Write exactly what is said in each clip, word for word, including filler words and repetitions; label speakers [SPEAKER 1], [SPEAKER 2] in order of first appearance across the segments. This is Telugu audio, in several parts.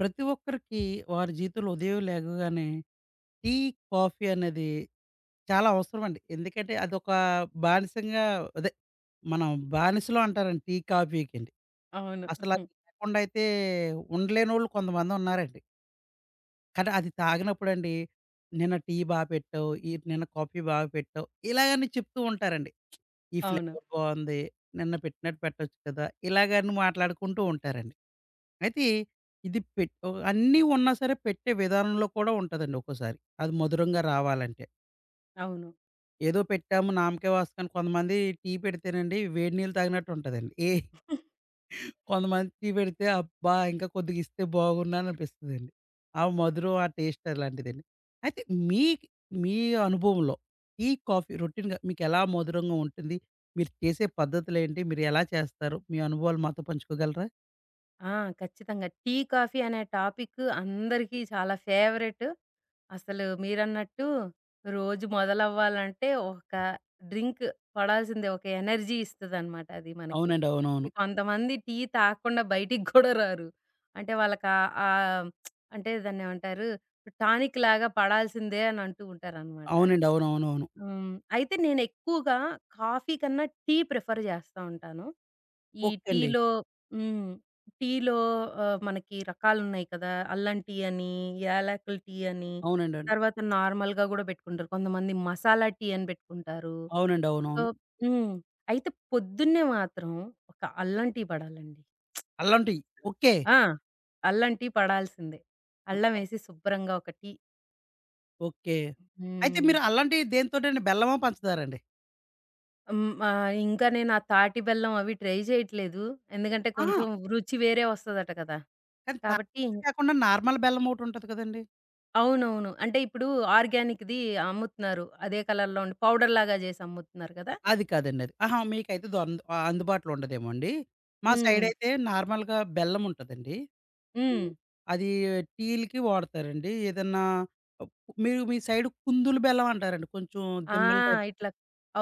[SPEAKER 1] ప్రతి ఒక్కరికి వారి జీవితంలో ఉదయం లేవగానే టీ, కాఫీ అనేది చాలా అవసరమండి. ఎందుకంటే అదొక బానిసంగా అదే మనం బానిసలు అంటారండి టీ, కాఫీకండి.
[SPEAKER 2] అవును.
[SPEAKER 1] అసలది లేకుండా అయితే ఉండలేనోళ్ళు కొంతమందున్నారండి. కానీ అది తాగినప్పుడండి, నిన్న టీ బా పెట్టావు, ఈ నిన్న కాఫీ బా పెట్టావు, ఇలాగని చెప్తూ ఉంటారండి. ఈ
[SPEAKER 2] అవును.
[SPEAKER 1] ఫ్లేవర్ బావుంది. నిన్న పెట్టినట్టు పెట్టొచ్చు కదా! ఇలాగని మాట్లాడుకుంటూ ఉంటారండి. అయితే ఇది పెట్ ఓ అన్నీ ఉన్నా సరే పెట్టే విధానంలో కూడా ఉంటదండి ఒక్కోసారి. అది మధురంగా రావాలంటే.
[SPEAKER 2] అవును.
[SPEAKER 1] ఏదో పెట్టాము నామకే వాస్తకానికి కొంతమంది టీ పెడితేనండి వేడి నీళ్ళు తాగినట్టు ఉంటదండి. ఏ కొంతమంది టీ పెడితే, అబ్బా! ఇంకా కొద్దిగా ఇస్తే బాగున్ను అని అనిపిస్తదండి. ఆ మధురం, ఆ టేస్ట్ అలాంటిదండి. అయితే మీక్ మీ అనుభవంలో టీ, కాఫీ రొటీన్‌గా మీకెలా మధురంగా ఉంటుంది? మీరు చేసే పద్ధతులేంటి? మీరు ఎలా చేస్తారు? మీ అనుభవాలు మాతో పంచుకోగలరా?
[SPEAKER 2] ఆ! ఖచ్చితంగా, టీ, కాఫీ అనే టాపిక్ అందరికీ చాలా ఫేవరెట్. అసలు మీరన్నట్టు రోజు మొదలవ్వాలంటే ఒక డ్రింక్ పడాల్సిందే. ఒక ఎనర్జీ ఇస్తదనమాట అది మనకి.
[SPEAKER 1] అవునండి.
[SPEAKER 2] ఈ
[SPEAKER 1] అవునవును.
[SPEAKER 2] కొంతమంది టీ తాగకుండా బయటికి గూడా రారు. అంటే వాళ్ళకా ఆహ్, అంటే దాన్నేమంటారు? టానిక్ లాగా పడాల్సిందే అని అంటూ ఉంటారనమాట.
[SPEAKER 1] అవునండి. అవునవునవును.
[SPEAKER 2] హ్మ్. అయితే నేనెక్కువగా కాఫీ కన్నా టీ ప్రిఫర్ జేస్తా ఉంటాను. ఈ
[SPEAKER 1] ఓకే అండి.
[SPEAKER 2] టీలో హ్మ్. టీలో ఆహ్, మనకి రకాలున్నాయి కదా! అల్లం టీ అని, యాలకుల టీ అని,
[SPEAKER 1] అవునండి. అవును.
[SPEAKER 2] తర్వాత నార్మల్‌గా గూడా బెట్టుకుంటారు. కొంతమంది మసాలా టీ అని బెట్టుకుంటారు.
[SPEAKER 1] అవునండి.
[SPEAKER 2] సో
[SPEAKER 1] అవునవును.
[SPEAKER 2] హ్మ్. అయితే పొద్దున్నే మాత్రం ఒక అల్లం టీ పడాలండి.
[SPEAKER 1] అల్లం టీ.
[SPEAKER 2] అసల.
[SPEAKER 1] ఓకే.
[SPEAKER 2] ఆ! అల్లం టీ పడాల్సిందే.
[SPEAKER 1] ఆ!
[SPEAKER 2] అల్లం ఏసి శుభ్రంగా ఒక టీ.
[SPEAKER 1] ఓకే. అయితే
[SPEAKER 2] హ్మ్.
[SPEAKER 1] మీరు అల్లం టీ దేనితోటండి? బెల్లమా? పంచదారండి?
[SPEAKER 2] హ్మ్. ఆహ్, ఇంకా నేను ఆ తాటి బెల్లం అవి ట్రై జేయట్లేదు. ఎందుకంటే
[SPEAKER 1] అహా!
[SPEAKER 2] కొంచెం రుచి వేరే వస్తదట కదా!
[SPEAKER 1] కానీ
[SPEAKER 2] కాబట్టి
[SPEAKER 1] తాగితే కాకుండా నార్మల్ బెల్లం ఒకటుంటది కదండీ!
[SPEAKER 2] అవునవును. అంటే ఇప్పుడు ఆర్గానిక్‌ది అమ్ముతున్నారు. అదే కలర్‌లో ఉండి పౌడర్‌లాగా చేసి అమ్ముతున్నారు కదా!
[SPEAKER 1] అది కాదండి అది. ఆహా! మీకైతే దొన్ ఆహ్, అందుబాటులో ఉండదేమో అండి. మా
[SPEAKER 2] హ్మ్.
[SPEAKER 1] సైడయితే నార్మల్‌గా బెల్లం ఉంటదండి.
[SPEAKER 2] హ్మ్.
[SPEAKER 1] హ్మ్. అది టీలకి వాడతారండి. ఏదన్నా ఆహ్, మీరు మీ సైడ్ కుందులు బెల్లం అంటారండి. కొంచెం
[SPEAKER 2] ఆ!
[SPEAKER 1] దిమ్మల టైప్
[SPEAKER 2] ఇట్లా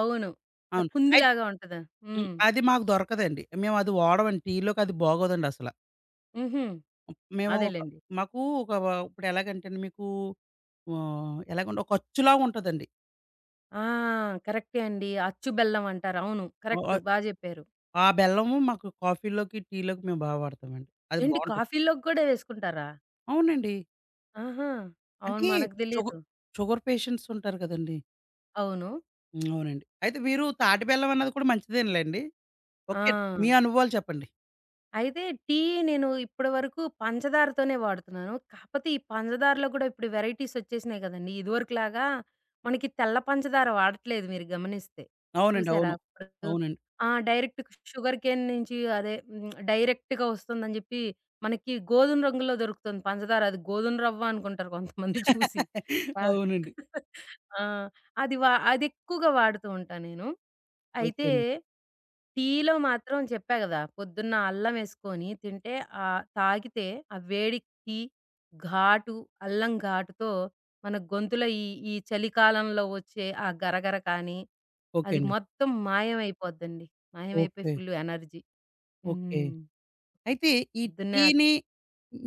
[SPEAKER 2] అవును, ఇట్లా
[SPEAKER 1] అవును. అయి
[SPEAKER 2] కుందిలాగా ఉంటది.
[SPEAKER 1] హ్మ్.
[SPEAKER 2] హ్మ్.
[SPEAKER 1] అది మాకు దొరకదండి. మేమది వాడమండి. టీలోకి అది బాగోదండి అసల.
[SPEAKER 2] హుహు.
[SPEAKER 1] మేము ఒక
[SPEAKER 2] అదేలెండి.
[SPEAKER 1] మాకు ఒక వ ఇప్పుడు ఎలాగంటే అండి మీకు ఆహ్, ఎలాగంటే ఒక అచ్చులాగా ఉంటదండి.
[SPEAKER 2] ఆ! కరెక్టే అండి, అచ్చు బెల్లం అంటారు. అవును,
[SPEAKER 1] ఆహ్,
[SPEAKER 2] కరెక్ట్.
[SPEAKER 1] ఆహ్,
[SPEAKER 2] బా జెప్పారు.
[SPEAKER 1] ఆ బెల్లము మాకు కాఫీలోకి, టీలోకి మేము బా వాడతామండి. అది
[SPEAKER 2] ఏంటి
[SPEAKER 1] బావుంటది.
[SPEAKER 2] కాఫీ‌లోకి గూడా వేసుకుంటారా?
[SPEAKER 1] అవునండి.
[SPEAKER 2] ఆహా! అవును,
[SPEAKER 1] అంటే
[SPEAKER 2] మనకు
[SPEAKER 1] షుగ
[SPEAKER 2] తెలీదు.
[SPEAKER 1] షుగర్ పేషెంట్స్ ఉంటారు కదండీ!
[SPEAKER 2] అవును.
[SPEAKER 1] హ్మ్. అవునండి. అయితే మీరు తాటి బెల్లం అన్నది కూడా మంచిదేనులెండి.
[SPEAKER 2] ఆ!
[SPEAKER 1] ఓకే. మీ అనుభవాలు చెప్పండి.
[SPEAKER 2] అయితే టీ నేను ఇప్పటి వరకు పంచదారతోనే వాడుతున్నాను. కాకపోతే ఈ పంచదారలో కూడా ఇప్పుడు వెరైటీస్ వచ్చేసినాయి కదండీ! ఇదివరకులాగా మనకి తెల్ల పంచదార వాడట్లేదు మీరు గమనిస్తే.
[SPEAKER 1] అవునండి.
[SPEAKER 2] చూసారా?
[SPEAKER 1] అవును.
[SPEAKER 2] అప్పుడు
[SPEAKER 1] అవునండి.
[SPEAKER 2] ఆ! డైరెక్ట్ షుగర్ కేన్ నుంచి అదే హ్మ్. డైరెక్ట్‌గా వస్తుందని చెప్పి మనకి గోధుమ రంగులో దొరుకుతుంది పంచదార. అది గోధుమ రవ్వ అనుకుంటారు కొంతమంది చూసి. ఆ!
[SPEAKER 1] అవునండి.
[SPEAKER 2] ఆ! అది వా అదెక్కువగా వాడుతూ ఉంటా నేను.
[SPEAKER 1] ఓకే
[SPEAKER 2] అయితే
[SPEAKER 1] అండి.
[SPEAKER 2] టీలో మాత్రం చెప్పా గదా! పొద్దున్న అల్లం ఏసుకొని తింటే ఆహ్, తాగితే ఆ వేడి టీ, ఘాటు, అల్లం ఘాటుతో మన గొంతులో ఈ ఈ చలికాలంలో వచ్చే ఆ గరగర కానీ,
[SPEAKER 1] ఓకే
[SPEAKER 2] అది
[SPEAKER 1] అండి.
[SPEAKER 2] మొత్తం మాయమైపోద్దండి. మాయమైపోయి
[SPEAKER 1] ఓకే.
[SPEAKER 2] Full energy.
[SPEAKER 1] ఓకే.
[SPEAKER 2] హ్మ్.
[SPEAKER 1] అయితే ఈ
[SPEAKER 2] పొద్దున్నే ఆ
[SPEAKER 1] టీని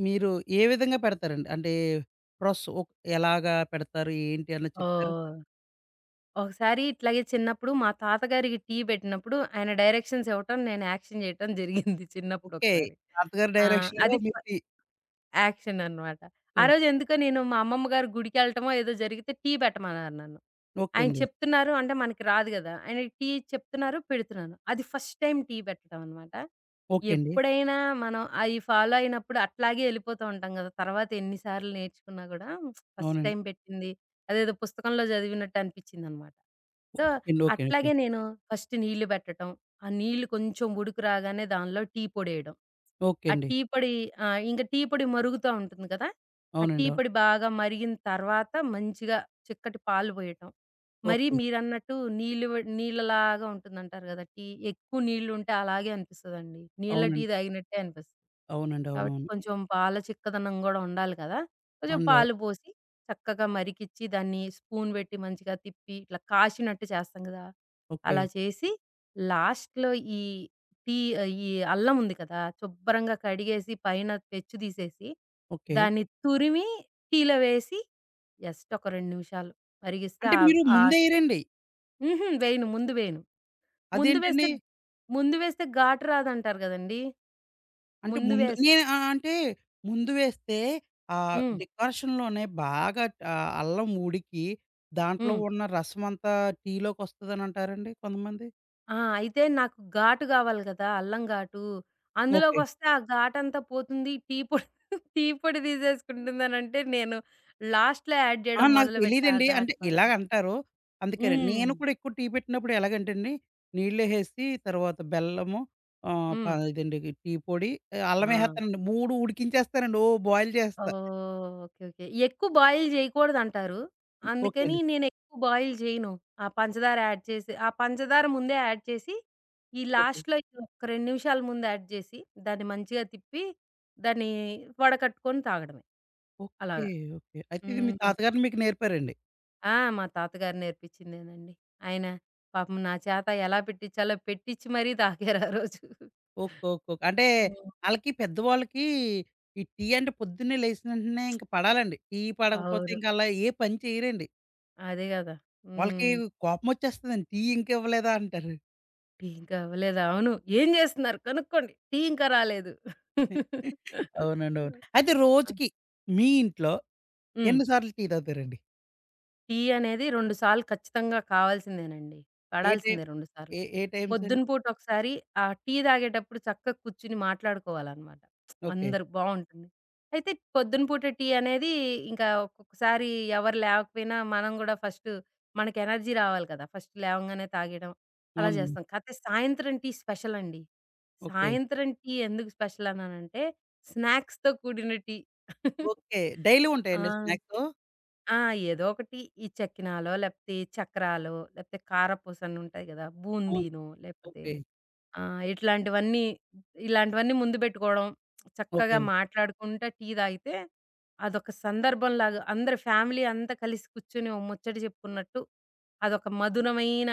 [SPEAKER 1] మీరు ఏ విధంగా పెడతారండి? అంటే ప్రాసెస్ ఓక్ ఎలాగా పెడతారు? ఏంటి అన్నది చెప్తారా?
[SPEAKER 2] ఓహ్! ఒకసారి ఇట్లాగే చిన్నప్పుడు మా తాతగారికి టీ పెట్టినప్పుడు, ఆయన డైరెక్షన్స్ ఇవ్వటం, నేను యాక్షన్ జేయటం జరిగింది
[SPEAKER 1] ఓకే.
[SPEAKER 2] చిన్నప్పుడొకసారి.
[SPEAKER 1] తాతగారి
[SPEAKER 2] ఆ!
[SPEAKER 1] డైరెక్షన్‌లో
[SPEAKER 2] అది ఫ
[SPEAKER 1] మీరు టీ
[SPEAKER 2] యాక్షన్ అన్నమాట. ఆ
[SPEAKER 1] ఓహ్!
[SPEAKER 2] రోజు ఎందుకో నేను మా అమ్మమ్మ గారు గుడికెళ్ళటమో ఏదో జరిగితే టీ పెట్టమన్నారు నన్ను.
[SPEAKER 1] ఓకే
[SPEAKER 2] ఆయన
[SPEAKER 1] అండి.
[SPEAKER 2] చెప్తున్నారు అంటే మనకి రాదు గదా! ఆయన టీ చెప్తున్నారు, పెడుతున్నాను. అది ఫస్ట్ టైమ్ టీ పెట్టడం అన్నమాట.
[SPEAKER 1] ఓకే అండి.
[SPEAKER 2] ఎప్పుడైనా మనం అయి ఫాలో అయినప్పుడు అట్లాగే ఎళ్ళిపోతూ ఉంటాం గదా! తర్వాత ఎన్ని సార్లు నేర్చుకున్నా గూడా ఫస్ట్
[SPEAKER 1] అవునండి.
[SPEAKER 2] టైమ్ పెట్టింది అదేదో పుస్తకంలో చదివినట్టు అనిపిచ్చిందన్నమాట. సో,
[SPEAKER 1] ఓకే అండి. ఓకే. ఓకే.
[SPEAKER 2] అట్లాగే నేను ఫస్ట్ నీళ్లు పెట్టటం, ఆ నీళ్లు కొంచెం ఉడుకు రాగానే దానిలో టీ పొడేయడం.
[SPEAKER 1] ఓకే
[SPEAKER 2] ఆ
[SPEAKER 1] అండి.
[SPEAKER 2] టీ పొడి ఆ! ఇంక టీ పొడి మరుగుతా ఉంటుంది కదా! ఆ టీ
[SPEAKER 1] అవునండి. అవును.
[SPEAKER 2] పొడి బాగా మరిగిన తర్వాత మంచిగా చిక్కటి పాలు పోయటం. మరీ
[SPEAKER 1] ఓకే.
[SPEAKER 2] మీరన్నట్టు నీళ్ళు వ నీళ్ళలాగా ఉంటుందంటారు కదా! టీ ఎక్కువ నీళ్ళుంటే అలాగే అనిపిస్తదండి. నీళ్ళ టీ
[SPEAKER 1] అవునండి.
[SPEAKER 2] తాగినట్టే అనిపిస్తది.
[SPEAKER 1] అవునండి.
[SPEAKER 2] కాబట్టి
[SPEAKER 1] అవునవును.
[SPEAKER 2] కొంచెం పాల చిక్కదనం గూడా ఉండాలి కదా! కొంచెం
[SPEAKER 1] అవునండి. అవు
[SPEAKER 2] పాలు పోసి చక్కగా మరికిచ్చి దాన్ని స్పూన్ పెట్టి మంచిగా తిప్పి ఇట్లా కాసినట్టు చేస్తాం కదా!
[SPEAKER 1] ఓకే.
[SPEAKER 2] అలా చేసి లాస్ట్‌లో ఈ టీ ఆహ్, ఈ అల్లం ఉంది కదా! శుభ్రంగా కడిగేసి పైన పెచ్చు తీసేసి,
[SPEAKER 1] ఓకే.
[SPEAKER 2] దాన్ని తురిమి టీలో వేసి జస్ట్ ఒక రెండు నిమిషాలు మరిగిస్తే
[SPEAKER 1] అంటే
[SPEAKER 2] ఆహ్,
[SPEAKER 1] మీరు
[SPEAKER 2] ఆహ్
[SPEAKER 1] ముందే ఎయరండి.
[SPEAKER 2] హుహు, వేయను, ముందు వేయను. ముందు వేస్తే
[SPEAKER 1] అదేంటండి?
[SPEAKER 2] ముందు వేస్తే ఘాటు రాదంటారు గదండీ!
[SPEAKER 1] అంటే
[SPEAKER 2] ముందు
[SPEAKER 1] ముందు
[SPEAKER 2] వేస్
[SPEAKER 1] నేను ఆహ్, అంటే ముందు వేస్తే ఆహ్,
[SPEAKER 2] హ్మ్.
[SPEAKER 1] డికాషన్‌లోనే బాగా ఆహ్, అల్లం ఉడికి దాంట్లో
[SPEAKER 2] హ్మ్.
[SPEAKER 1] ఉన్న రసమంతా టీలోకొస్తదనంటారండి కొంతమంది?
[SPEAKER 2] ఆ! అయితే నాకు ఘాటు గావాలి గదా! అల్లం ఘాటు.
[SPEAKER 1] ఓకే.
[SPEAKER 2] అందులోకొస్తే ఆ ఘాటంతా పోతుంది. టీ పొడి టీ పొడి తీసేసుకుంటుందనంటే నేను లాస్ట్‌లో యాడ్
[SPEAKER 1] ఆ!
[SPEAKER 2] జేయడం
[SPEAKER 1] నాకు
[SPEAKER 2] మొదలుపెట్టా ఆ
[SPEAKER 1] తెలీదండి.
[SPEAKER 2] ఘాటు
[SPEAKER 1] అంటే
[SPEAKER 2] కోసం.
[SPEAKER 1] ఇలాగంటారు. అందుకేనండి.
[SPEAKER 2] హ్మ్.
[SPEAKER 1] నేను కూడా ఎక్కువ టీ పెట్టినప్పుడు ఎలాగంటేండి నీళ్ళేసేసి తర్వాత బెల్లము ఆహ్, ప
[SPEAKER 2] హ్మ్.
[SPEAKER 1] ఇదండి టీ పొడి,
[SPEAKER 2] ఆ!
[SPEAKER 1] అల్లమేసేస్తానండి. మూడు ఉడికించేస్తానండి. ఓ బాయిల్ చేస్తా.
[SPEAKER 2] ఓహ్! ఓకే, ఓకే, ఎక్కువ బాయిల్ జేయకూడదంటారు.
[SPEAKER 1] ఓకే
[SPEAKER 2] అందుకని
[SPEAKER 1] అండి.
[SPEAKER 2] నేనెక్కువ బాయిల్ జేయను. ఆ పంచదార యాడ్ చేసి ఆ పంచదార ముందే యాడ్ చేసి, ఈ
[SPEAKER 1] ఓకే.
[SPEAKER 2] లాస్ట్‌లో ఇది ఒక రెండు నిమిషాల ముందు యాడ్ జేసి, దాన్ని మంచిగా తిప్పి, దాన్ని వడకట్టుకొని తాగడమే.
[SPEAKER 1] ఓకే.
[SPEAKER 2] అలాగా.
[SPEAKER 1] ఓకే. అయితే ఇది మీ
[SPEAKER 2] హ్మ్.
[SPEAKER 1] తాతగారు మీకు నేర్పారండి.
[SPEAKER 2] ఆ! మా తాతగారు నేర్పించిందేనండి. ఆయన పాపం నా చేత ఎలా పెట్టించాలో పెట్టించి మరీ తాగారు ఆ రోజు.
[SPEAKER 1] ఓకే. ఓకే. ఓకే. అంటే
[SPEAKER 2] హ్మ్.
[SPEAKER 1] ఆళ్ళకి పెద్దవాళ్ళకి ఈ టీ అంటే పొద్దున్నే లేసిన వెంటనే ఇంక పడాలండి. టీ పడకపోతే
[SPEAKER 2] అవును,
[SPEAKER 1] ఇంక ఆళ్ళ ఏ పని చేయరండి.
[SPEAKER 2] అదే గదా!
[SPEAKER 1] వాళ్ళకి
[SPEAKER 2] హ్మ్.
[SPEAKER 1] కోపమొచ్చేస్తదండి. టీ ఇంకా ఇవ్వలేదా అంటారు.
[SPEAKER 2] టీ ఇంకా అవ్వలేదా? అవును. ఏం జేస్తున్నారు కనుక్కోండి, టీ ఇంకా రాలేదు.
[SPEAKER 1] అవునండి. అవును. అయితే
[SPEAKER 2] ఆ!
[SPEAKER 1] రోజుకి మీ ఇంట్లో
[SPEAKER 2] హ్మ్.
[SPEAKER 1] ఎన్ని సార్లు టీ తాగుతారండి?
[SPEAKER 2] టీ అనేది రెండు సార్లు ఖచ్చితంగా కావాల్సిందేనండి.
[SPEAKER 1] ఏ టైం
[SPEAKER 2] పడాల్సిందే రెండు సార్లు.
[SPEAKER 1] ఏ ఏ టైమ్స్
[SPEAKER 2] పొద్దున
[SPEAKER 1] అండి?
[SPEAKER 2] పూట ఒకసారి, ఆ టీ తాగేటప్పుడు చక్కగా కూర్చొని మాట్లాడుకోవాలనమాట.
[SPEAKER 1] ఓకే.
[SPEAKER 2] అందరూ బావుంటుంది. అయితే పొద్దున పూట టీ అనేది ఇంకా ఒక్కొక్కసారి ఎవరు లేకపోయినా మనం గూడా ఫస్ట్ మనకి ఎనర్జీ రావాలి కదా! ఫస్ట్ లేవంగానే తాగేయడం అలా
[SPEAKER 1] అవునండి.
[SPEAKER 2] చేస్తాం. కాతే సాయంత్రం టీ స్పెషల్ అండి.
[SPEAKER 1] ఓకే.
[SPEAKER 2] సాయంత్రం టీ ఎందుకు స్పెషల్ అన్నానంటే, స్నాక్స్‌తో కూడిన టీ.
[SPEAKER 1] ఓకే. డైలీ
[SPEAKER 2] ఆ!
[SPEAKER 1] ఉంటాయండి స్నాక్సు?
[SPEAKER 2] ఆ! ఏదో ఒకటి ఈ చెక్కినాలో, లేపోతే చక్రాలో, లేపోతే కారపూసని ఉంటాయి గదా!
[SPEAKER 1] అవును.
[SPEAKER 2] బూందీనో, లేపోతే
[SPEAKER 1] ఓకే.
[SPEAKER 2] ఆహ్, ఇట్లాంటివన్నీ, ఇలాంటివన్నీ ముందు బెట్టుకోవడం. చక్కగా
[SPEAKER 1] ఓకే.
[SPEAKER 2] మాట్లాడుకుంటా టీ తాగితే, అదొక సందర్భంలాగా అందరు ఫ్యామిలీ అంతా కలిసి కూర్చొని ఓ ముచ్చట చెప్పుకున్నట్టు, అదొక మధురమైన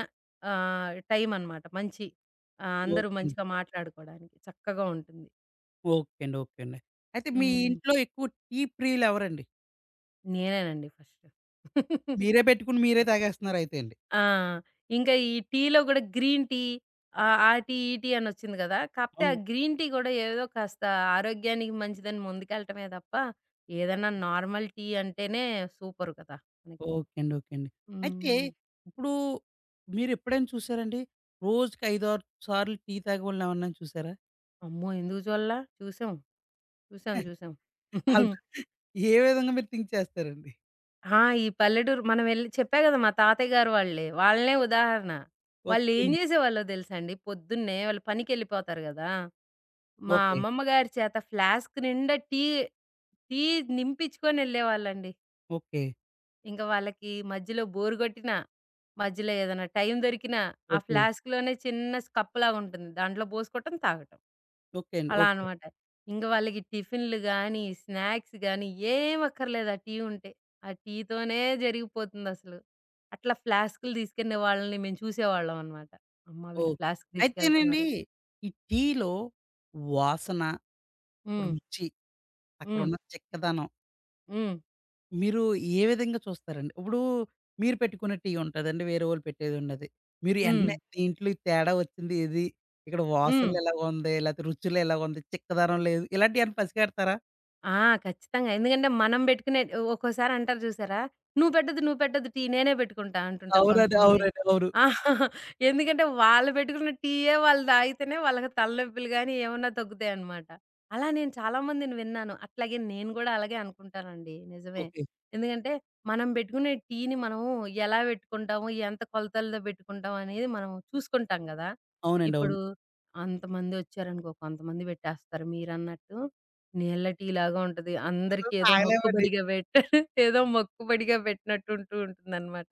[SPEAKER 2] ఆహ్, టైమనమాట. మంచి ఆహ్, అందరూ
[SPEAKER 1] ఓకే.
[SPEAKER 2] మంచిగా మాట్లాడుకోవడానికి చక్కగా ఉంటుంది.
[SPEAKER 1] ఓకే అండి. ఓకే అండి. అయితే మీ
[SPEAKER 2] హ్మ్.
[SPEAKER 1] ఇంట్లో ఎక్కువ టీ ప్రియులు ఎవరండి?
[SPEAKER 2] నేనేనండి ఫస్ట్.
[SPEAKER 1] మీరే పెట్టుకొని మీరే తాగేస్తున్నారయితే అండి.
[SPEAKER 2] ఆ! ఇంకా ఈ టీలో గూడా గ్రీన్ టీ ఆహ్, ఆ టీ, ఈ టీ అనొచ్చింది గదా! కాపోతే ఆ
[SPEAKER 1] అవును.
[SPEAKER 2] గ్రీన్ టీ గూడా ఏదో కాస్త ఆరోగ్యానికి మంచిదని ముందుకెళ్ళటమే తప్ప, ఏదన్నా నార్మల్ టీ అంటేనే సూపర్ కదా మనకి!
[SPEAKER 1] ఓకే అండి. ఓకే అండి. అయితే
[SPEAKER 2] హ్మ్.
[SPEAKER 1] ఇప్పుడు మీరెప్పుడైనా చూసారండి? రోజుకి ఐదు, ఆరు సార్లు టీ తాగేవాళ్ళని ఎవరినైనా చూసారా?
[SPEAKER 2] అమ్మో! ఎందుకు జూడలా? చూసాం, చూసాం, చూసాం.
[SPEAKER 1] ఆళ్ళు ఏ విధంగా మీరు థింక్ చేస్తారండి?
[SPEAKER 2] ఆ! ఈ పల్లెటూరు మనం ఎళ్ళి చెప్పా గదా! మా తాతయ్య గారు వాళ్ళే, వాళ్ళనే ఉదాహరణ.
[SPEAKER 1] ఓకే
[SPEAKER 2] వాళ్ళేం
[SPEAKER 1] అండి.
[SPEAKER 2] జేసేవాళ్ళో తెలుసా అండి? పొద్దున్నే వాళ్ళు పనికెళ్ళిపోతారు గదా! మా
[SPEAKER 1] ఓకే.
[SPEAKER 2] అమ్మమ్మ గారి చేత ఫ్లాస్క్ నిండా టీ, టీ నింపించుకొని ఎళ్ళేవాళ్ళండి.
[SPEAKER 1] ఓకే.
[SPEAKER 2] ఇంక వాళ్ళకి మధ్యలో బోర్ గొట్టినా, మధ్యలో ఏదైనా టైం దొరికినా, ఆ
[SPEAKER 1] ఓకే.
[SPEAKER 2] ఫ్లాస్క్‌లోనే చిన్న స్ కప్పులాగుంటుంది. దాంట్లో పోసుకోవటం, తాగటం.
[SPEAKER 1] ఓకే అండి.
[SPEAKER 2] అలా
[SPEAKER 1] ఓకే.
[SPEAKER 2] అనమాట. ఇంక వాళ్ళకి టిఫిన్‌లు గానీ, స్నాక్స్ గానీ ఏం అక్కర్లేదు ఆ టీ ఉంటే. ఆ టీతోనే జరిగిపోతుందసలు. అట్లా ఫ్లాస్కులు తీసుకెళ్ళిన వాళ్ళని మేము చూసేవాళ్ళం అనమాట. అమ్మ! వీళ్ళు
[SPEAKER 1] ఓకే.
[SPEAKER 2] ఫ్లాస్క్
[SPEAKER 1] అయితేనండి
[SPEAKER 2] తీసుకెళ్తున్నారు.
[SPEAKER 1] ఈ టీలో వాసన,
[SPEAKER 2] హ్మ్.
[SPEAKER 1] రుచి,
[SPEAKER 2] హ్మ్.
[SPEAKER 1] అక్కడున్న చిక్కదనం
[SPEAKER 2] హ్మ్.
[SPEAKER 1] మీరు ఏ విధంగా చూస్తారండి? ఇప్పుడు మీరు పెట్టుకున్న టీ ఉంటదండి. వేరే వాళ్ళు పెట్టేదుండది. మీరు హ్మ్.
[SPEAKER 2] హ్మ్.
[SPEAKER 1] ఎన్నే దీంట్లో ఈ తేడా వచ్చింది ఏది? ఇక్కడ
[SPEAKER 2] హ్మ్.
[SPEAKER 1] వాసనలు ఎలాగుంది? లేతే రుచులు ఎలాగుంది? చిక్కదనం లేదు. ఇలాంటియేమన్నా పసిగడతారా?
[SPEAKER 2] ఆ! ఖచ్చితంగా. ఎందుకంటే మనం బెట్టుకునే ఒక్కోసారి అంటారు చూసారా? "నువ్వు పెట్టొద్దు, నువ్వు పెట్టొద్దు, టీ నేనే పెట్టుకుంటా" అంటుంటారు
[SPEAKER 1] అవునండి.
[SPEAKER 2] కొంతమంది.
[SPEAKER 1] అవునండి. అవును.
[SPEAKER 2] ఆ! ఎందుకంటే వాళ్ళు పెట్టుకున్న టీయే వాళ్ళు తాగితేనే వాళ్ళకి తలనొప్పులు గాని ఏమన్నా తగ్గుతాయన్నమాట. అలా నేను చాలా మందిని విన్నాను. అట్లాగే నేను గూడా అలాగే అనుకుంటానండి, నిజమే.
[SPEAKER 1] ఓకే.
[SPEAKER 2] ఎందుకంటే మనం బెట్టుకునే టీని మనము ఎలా పెట్టుకుంటాము? ఎంత కొలతల్లో పెట్టుకుంటాం? అనేది మనం చూసుకుంటాం గదా!
[SPEAKER 1] అవునండి.
[SPEAKER 2] ఇప్పుడు
[SPEAKER 1] అవును.
[SPEAKER 2] అంతమంది ఒచ్చారనుకో కొంతమంది పెట్టేస్తారు మీరన్నట్టు. నీళ్ళ టీ లాగా ఉంటది.
[SPEAKER 1] అసలు
[SPEAKER 2] అందరికి ఏదో
[SPEAKER 1] తాగలేమండి.
[SPEAKER 2] మొక్కుబడిగా పెట్టారు. ఏదో మొక్కుబడిగా పెట్టినట్టుంటూ ఉంటుందనమాట.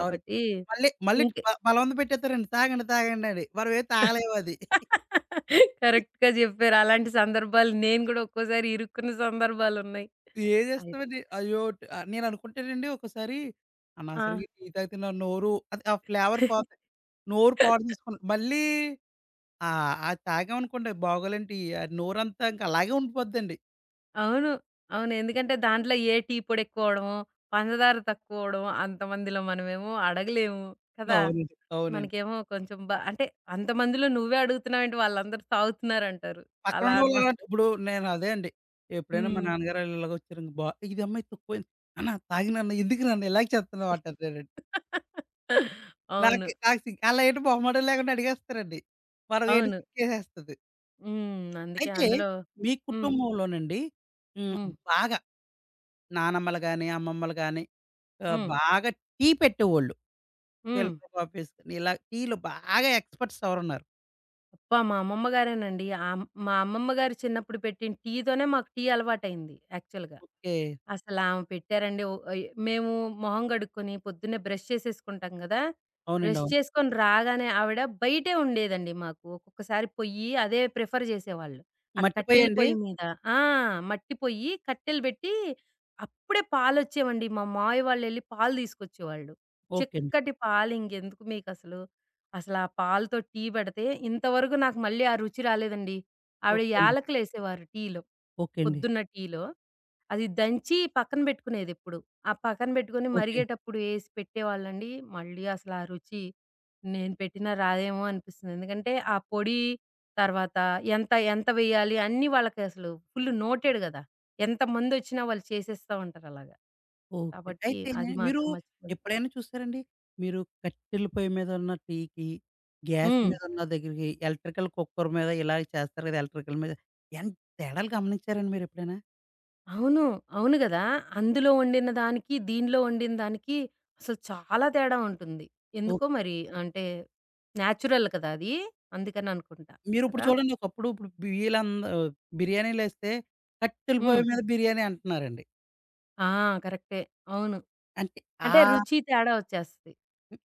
[SPEAKER 1] అవును. మళ్ళీ మళ్ళీ
[SPEAKER 2] ఇంక
[SPEAKER 1] బ బలవంతం పెట్టేత్తారండి. తాగండి, తాగండి అని. మనమేం తాగలేమది.
[SPEAKER 2] కరెక్ట్‌గా జెప్పారు. అలాంటి సందర్భాలు నేను గూడా ఒక్కోసారి ఇరుక్కున్న సందర్భాలున్నాయి.
[SPEAKER 1] ఏం
[SPEAKER 2] అయి
[SPEAKER 1] చేస్తామండి? అయ్యో! ట్ ఆహ్, నేననుకుంటానండి ఒక్కోసారి
[SPEAKER 2] ఆ!
[SPEAKER 1] అనవసరంగా ఈ టీ తాగితే నా నోరు అది ఆ ఫ్లేవర్ పోత నోరు పాడు చేసుకుని మళ్ళీ ఆ! అది తాగామనుకోండి బాగోలేనిటి అది నోరంతా ఇంక అలాగే ఉండిపోద్దండి.
[SPEAKER 2] అవును, అవును. ఎందుకంటే దాంట్లో ఏ టీ పొడి ఎక్కువవడమో, పంచదార తక్కువవడమో అంతమందిలో మనమేమో అడగలేము కదా!
[SPEAKER 1] అవునండి. అవునండి.
[SPEAKER 2] మనకేమో కొంచెం బ అంటే అంతమందిలో నువ్వే అడుగుతున్నావేంటి వాళ్ళందరూ తాగుతున్నారంటారు. అలా
[SPEAKER 1] పక్కనున్నోళ్ళు
[SPEAKER 2] అనమాట.
[SPEAKER 1] అలాంటి ఇప్పుడు నేను అదే అండి. ఎప్పుడైనా మా
[SPEAKER 2] హ్మ్.
[SPEAKER 1] నాన్నగారు ఆళ్ళు ఇలాగొచ్చారండి బా ఇది అమ్మ ఇది తక్కువైంది. "నాన్న తాగు నాన్న ఎందుకు నాన్న ఇలాగ చేత్తన్నావు" అంటానండి.
[SPEAKER 2] అవును,
[SPEAKER 1] నాకు నాకు సిగ్గు ఆళ్ళు ఏంటి మొహమాటం లేకుండా అడిగేస్తారండి. మనం ఏంటి
[SPEAKER 2] అవును.
[SPEAKER 1] సిగ్గేసేస్తది.
[SPEAKER 2] హ్మ్. అందుకే
[SPEAKER 1] అయితే
[SPEAKER 2] అందులో
[SPEAKER 1] మీ
[SPEAKER 2] హ్మ్.
[SPEAKER 1] కుటుంబంలోనండి హ్మ్.
[SPEAKER 2] హ్మ్.
[SPEAKER 1] బాగా నానమ్మలు గాని, అమ్మమ్మలు గాని ఆహ్,
[SPEAKER 2] హ్మ్.
[SPEAKER 1] బాగా టీ పెట్టేవోళ్ళు.
[SPEAKER 2] హ్మ్.
[SPEAKER 1] ఫిల్టర్ కాఫీస్ ఇలా టీలో బాగా ఎక్స్‌పర్ట్స్ ఎవరున్నారు?
[SPEAKER 2] అబ్బా! మా అమ్మమ్మ గారేనండి. ఆమ్ మా అమ్మమ్మ గారు చిన్నప్పుడు పెట్టిన టీ తోనే మాకు టీ అలవాటయింది యాక్చువల్‌గా.
[SPEAKER 1] ఓకే.
[SPEAKER 2] అసలామె పెట్టారండి. ఓ ఆహ్, మేము మొహం కడుక్కొని పొద్దున్నే బ్రష్ చేసేసుకుంటాం గదా!
[SPEAKER 1] అవునండి.
[SPEAKER 2] బ్రష్
[SPEAKER 1] అవును.
[SPEAKER 2] చేసుకొని రాగానే ఆవిడ బయటే ఉండేదండి మాకు. ఒక్కొక్కసారి పొయ్యి అదే ప్రిఫర్ జేసేవాళ్ళు. ఆ కట్టెల
[SPEAKER 1] మట్టిపోయండి?
[SPEAKER 2] పొయ్యి మీద ఆ! మట్టి పొయ్యి కట్టెలు బెట్టి అప్పుడే పాలొచ్చేవండి. మా మావయ్య వాళ్ళెళ్లి పాలు తీసుకొచ్చేవాళ్ళు.
[SPEAKER 1] ఓకే అండి.
[SPEAKER 2] చిక్కటి పాలింకెందుకు మీకసలు. అసల ఆ పాలతో టీ పెడితే ఇంతవరకు నాకు మళ్ళీ ఆ రుచి రాలేదండి. ఆవిడ
[SPEAKER 1] ఓకే అండి.
[SPEAKER 2] యాలకులేసేవారు టీలో,
[SPEAKER 1] ఓకే అండి.
[SPEAKER 2] పొద్దున్న టీలో. అది దంచి పక్కన పెట్టుకునేదెప్పుడు. ఆ పక్కన పెట్టుకొని
[SPEAKER 1] ఓకే.
[SPEAKER 2] మరిగేటప్పుడు ఏసి పెట్టేవాళ్ళండి. మళ్ళీ అసల ఆ రుచి నేను పెట్టినా రాదేమో అనిపిస్తుంది. ఎందుకంటే ఆ పొడి తర్వాత ఎంత ఎంత వేయాలి అన్నీ వాళ్ళకి అసలు ఫుల్ నోటెడ్ గదా! ఎంతమందొచ్చినా వాళ్ళు చేసేస్తా ఉంటారలాగా.
[SPEAKER 1] ఓకే.
[SPEAKER 2] కాబట్టి
[SPEAKER 1] అయితే
[SPEAKER 2] అది
[SPEAKER 1] మీరు
[SPEAKER 2] మాత్రం మర్చిపోలే.
[SPEAKER 1] ఎప్పుడైనా చూసారండి? మీరు కట్టెల పొయ్యి మీద ఉన్న టీకి, గ్యాస్
[SPEAKER 2] హ్మ్.
[SPEAKER 1] మీద ఉన్న దగ్గరికి, ఎలక్ట్రికల్ కుక్కర్ మీద ఇలా చేస్తారు కదా! ఎలక్ట్రికల్ మీద ఎంత తేడాలు గమనించారండి మీరెప్పుడైనా?
[SPEAKER 2] అవును, అవును గదా! అందులో వండిన దానికి, దీనిలో వండిన దానికి అసలు చాలా తేడా ఉంటుంది.
[SPEAKER 1] ఓహ్!
[SPEAKER 2] ఎందుకో మరి అంటే నేచురల్ కదా అది. అందుకని అనుకుంటా.
[SPEAKER 1] మీరిప్పుడు
[SPEAKER 2] కదా!
[SPEAKER 1] చూడండి ఒకప్పుడు ఇప్పుడు బియ్యలంద బిర్యానీలేస్తే కట్టెల
[SPEAKER 2] హ్మ్.
[SPEAKER 1] పొయ్యి మీద బిర్యానీ అంటున్నారండి.
[SPEAKER 2] ఆ! కరెక్టే, అవును.
[SPEAKER 1] అంటే ఆ
[SPEAKER 2] అంటే రుచి తేడా వచ్చేస్తది.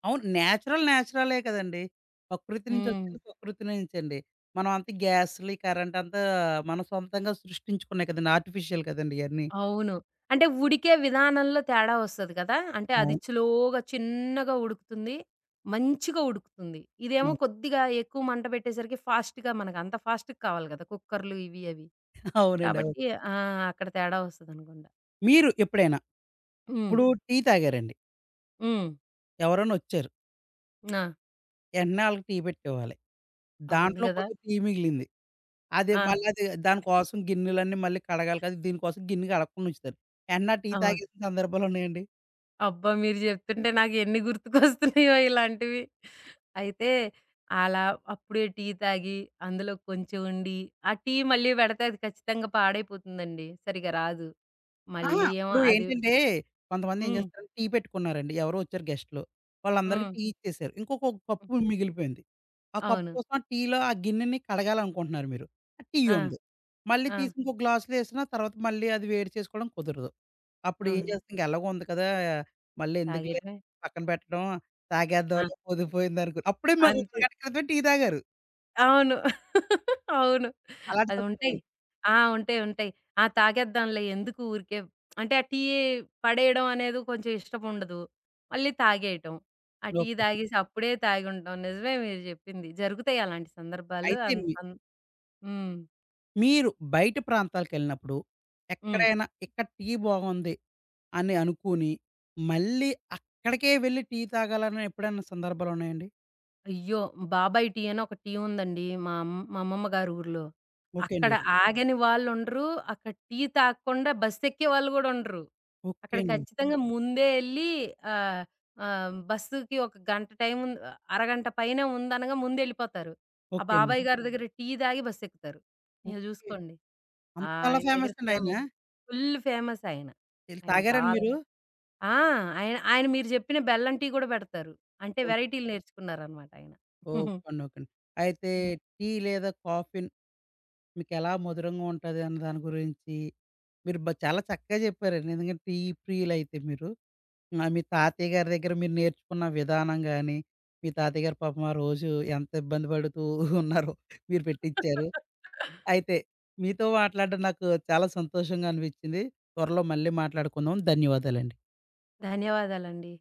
[SPEAKER 1] అవును. నేచురల్ నేచురలే కదండీ! ప్రకృతి
[SPEAKER 2] హ్మ్.
[SPEAKER 1] నుంచొచ్చింది ప్రకృతి నుంచండి. మనం అంత గ్యాస్లు కరెంట్ అంతా గ్యాస్‌లు, ఈ కరెంటంతా మనం సొంతంగా సృష్టించుకున్నాయి కదండీ! ఆర్టిఫిషియల్ కదండీ ఇయన్నీ.
[SPEAKER 2] అవును. అంటే ఉడికే విధానంలో తేడా వస్తది కదా! అంటే అది
[SPEAKER 1] అవును.
[SPEAKER 2] స్లోగా చిన్నగా ఉడుకుతుంది, మంచిగా ఉడుకుతుంది. ఇదేమో
[SPEAKER 1] అవును.
[SPEAKER 2] కొద్దిగా ఎక్కువ మంట పెట్టేసరికి ఫాస్ట్‌గా, మనకు అంత ఫాస్ట్‌గా కావాలి గదా! కుక్కర్లు ఇవి అవి.
[SPEAKER 1] అవునండి. అవును.
[SPEAKER 2] కాబట్టి ఆ! అక్కడ తేడా వస్తదనుకుంటా.
[SPEAKER 1] మీరు ఎప్పుడైనా
[SPEAKER 2] హ్మ్.
[SPEAKER 1] ఇప్పుడు టీ తాగారండి.
[SPEAKER 2] హ్మ్.
[SPEAKER 1] ఎవరైనొచ్చారు.
[SPEAKER 2] ఆ!
[SPEAKER 1] వెంటనే ఆళ్ళకి టీ పెట్టివ్వాలి.
[SPEAKER 2] అవును
[SPEAKER 1] దాంట్లో
[SPEAKER 2] గదా!
[SPEAKER 1] కొద్దిగా టీ మిగిలింది. అదే
[SPEAKER 2] ఆ!
[SPEAKER 1] మళ్ళీ అది దానికోసం గిన్నెలన్నీ మళ్ళీ కడగాలి కదా! దీనికోసం గిన్నె కడగకుండా ఉంచుతారు. వెంటనే ఆ టీ
[SPEAKER 2] అవును.
[SPEAKER 1] తాగేసిన సందర్భాలున్నాయండి?
[SPEAKER 2] అబ్బా! మీరు జెప్తుంటే నాకు ఎన్ని గుర్తుకొస్తున్నాయో ఇలాంటివి. అయితే అలా అప్పుడే టీ తాగి, అందులో కొంచెం ఉండి, ఆ టీ మళ్ళీ పెడితే అది ఖచ్చితంగా పాడైపోతుందండి, సరిగ్గా రాదు.
[SPEAKER 1] అహా!
[SPEAKER 2] మళ్ళీ ఏమో
[SPEAKER 1] ఇప్పుడు
[SPEAKER 2] అది
[SPEAKER 1] ఏంటంటే, కొంతమంది ఏం
[SPEAKER 2] హ్మ్.
[SPEAKER 1] చేస్తారంటే టీ పెట్టుకున్నారండి. ఎవరో వచ్చారు గెస్ట్‌లు. వాళ్ళందరికీ
[SPEAKER 2] హ్మ్.
[SPEAKER 1] టీ ఇచ్చేసారు. ఇంకొక
[SPEAKER 2] హ్మ్.
[SPEAKER 1] కప్పు మిగిలిపోయింది. ఆ కప్పు
[SPEAKER 2] అవును.
[SPEAKER 1] కోసం ఆ టీలో ఆ గిన్నెని కడగాలనుకుంటున్నారు మీరు. టీ
[SPEAKER 2] ఆ!
[SPEAKER 1] ఉంది. మళ్ళీ
[SPEAKER 2] ఆ!
[SPEAKER 1] తీసి ఇంకో గ్లాసులో ఏసినా తర్వాత మళ్ళీ అది వేడి చేసుకోవడం కుదరదు. అప్పుడు ఏం
[SPEAKER 2] అవును,
[SPEAKER 1] చేస్తాం ఇంక ఎలాగో ఉంది కదా! మళ్ళీ ఎందుకులే
[SPEAKER 2] తాగేయటమే.
[SPEAKER 1] పక్కన పెట్టడం
[SPEAKER 2] ఆ!
[SPEAKER 1] తాగేద్దాంలే పొద్దుపోయిందనుకో అప్పుడే మ
[SPEAKER 2] అంతే,
[SPEAKER 1] అరగంట క్రితమే టీ తాగారు.
[SPEAKER 2] అవును. అవును,
[SPEAKER 1] అలాంటి
[SPEAKER 2] అది ఉంటాయి.
[SPEAKER 1] సందర్భాలు.
[SPEAKER 2] ఆ! ఉంటాయి, ఉంటాయి. ఆ! తాగేద్దాంలే ఎందుకు ఊరికే, అంటే ఆ టీ పడేయడం అనేది కొంచెం ఇష్టముండదు, మళ్ళీ తాగేయటం. ఆ టీ
[SPEAKER 1] ఓకే.
[SPEAKER 2] తాగేసి అప్పుడే తాగుంటాం. నిజమే మీరు జెప్పింది, జరుగుతాయి అలాంటి సందర్భాలు.
[SPEAKER 1] అయితే
[SPEAKER 2] అన్ అన్ హ్మ్.
[SPEAKER 1] మీరు బయట ప్రాంతాలకెళ్ళినప్పుడు,
[SPEAKER 2] హ్మ్.
[SPEAKER 1] ఎక్కడైనా ఇక్కడ టీ బాగుంది అని అనుకోని, మళ్ళీ అక్కడికే వెళ్లి టీ తాగాలని ఎప్పుడైనా సందర్భాలున్నాయండి?
[SPEAKER 2] అయ్యో! బాబాయ్ టీ అని ఒక టీ ఉందండి, మా అమ్ మా అమ్మమ్మ గారి ఊర్లో.
[SPEAKER 1] ఓకే
[SPEAKER 2] అక్కడ
[SPEAKER 1] అండి.
[SPEAKER 2] ఆగని వాళ్ళుండరు. అక్కడ టీ తాగకుండా బస్సెక్కే వాళ్ళు గూడా ఉండరు.
[SPEAKER 1] ఓకే
[SPEAKER 2] అక్కడ
[SPEAKER 1] అండి.
[SPEAKER 2] ఖచ్చితంగా ముందే ఎళ్లి ఆహ్, ఆహ్, బస్సుకి ఒక గంట టైం ఉంది, అరగంట పైనే ఉందనగా ముందెళ్ళిపోతారు. ఆ
[SPEAKER 1] ఓకే అండి.
[SPEAKER 2] బాబాయ్ గారి ఓకే. దగ్గర టీ తాగి బస్సెక్కుతారు. ఇక
[SPEAKER 1] ఓకే.
[SPEAKER 2] చూసుకోండి.
[SPEAKER 1] అంతలా
[SPEAKER 2] ఆయన దగ్గర
[SPEAKER 1] ఫేమస్ అండి ఆయన?
[SPEAKER 2] ఫేమస్, ఫుల్ ఫేమస్ ఆయన.
[SPEAKER 1] ఎళ్లి
[SPEAKER 2] ఆయన
[SPEAKER 1] తాగారండి
[SPEAKER 2] చాలా
[SPEAKER 1] మీరు?
[SPEAKER 2] ఆ! ఆయన ఆయన మీరు చెప్పిన బెల్లం టీ కూడా పెడతారు. అంటే
[SPEAKER 1] ఓహ్!
[SPEAKER 2] వెరైటీలు నేర్చుకున్నారనమాట ఆయన.
[SPEAKER 1] ఓకే అండి. ఓకే అండి. అయితే
[SPEAKER 2] హ్మ్.
[SPEAKER 1] టీ లేదా కాఫీ మీకెలా మధురంగా ఉంటది అన్న దాని గురించి మీరు బ చాలా చక్కగా చెప్పారండి. ఎందుకంటే టీ ప్రియులైతే మీరు. ఆ! మీ తాతయ్య గారి దగ్గర మీరు నేర్చుకున్న విధానం గాని, మీ తాతయ్య గారు పాపం ఆ రోజు ఎంత ఇబ్బంది పడుతూ ఉన్నారో మీరు పెట్టిచ్చారు. అయితే మీతో మాట్లాడడం నాకు చాలా సంతోషంగా అనిపించింది. త్వరలో మళ్ళీ మాట్లాడుకుందాం. ధన్యవాదాలండి.
[SPEAKER 2] ధన్యవాదాలండి.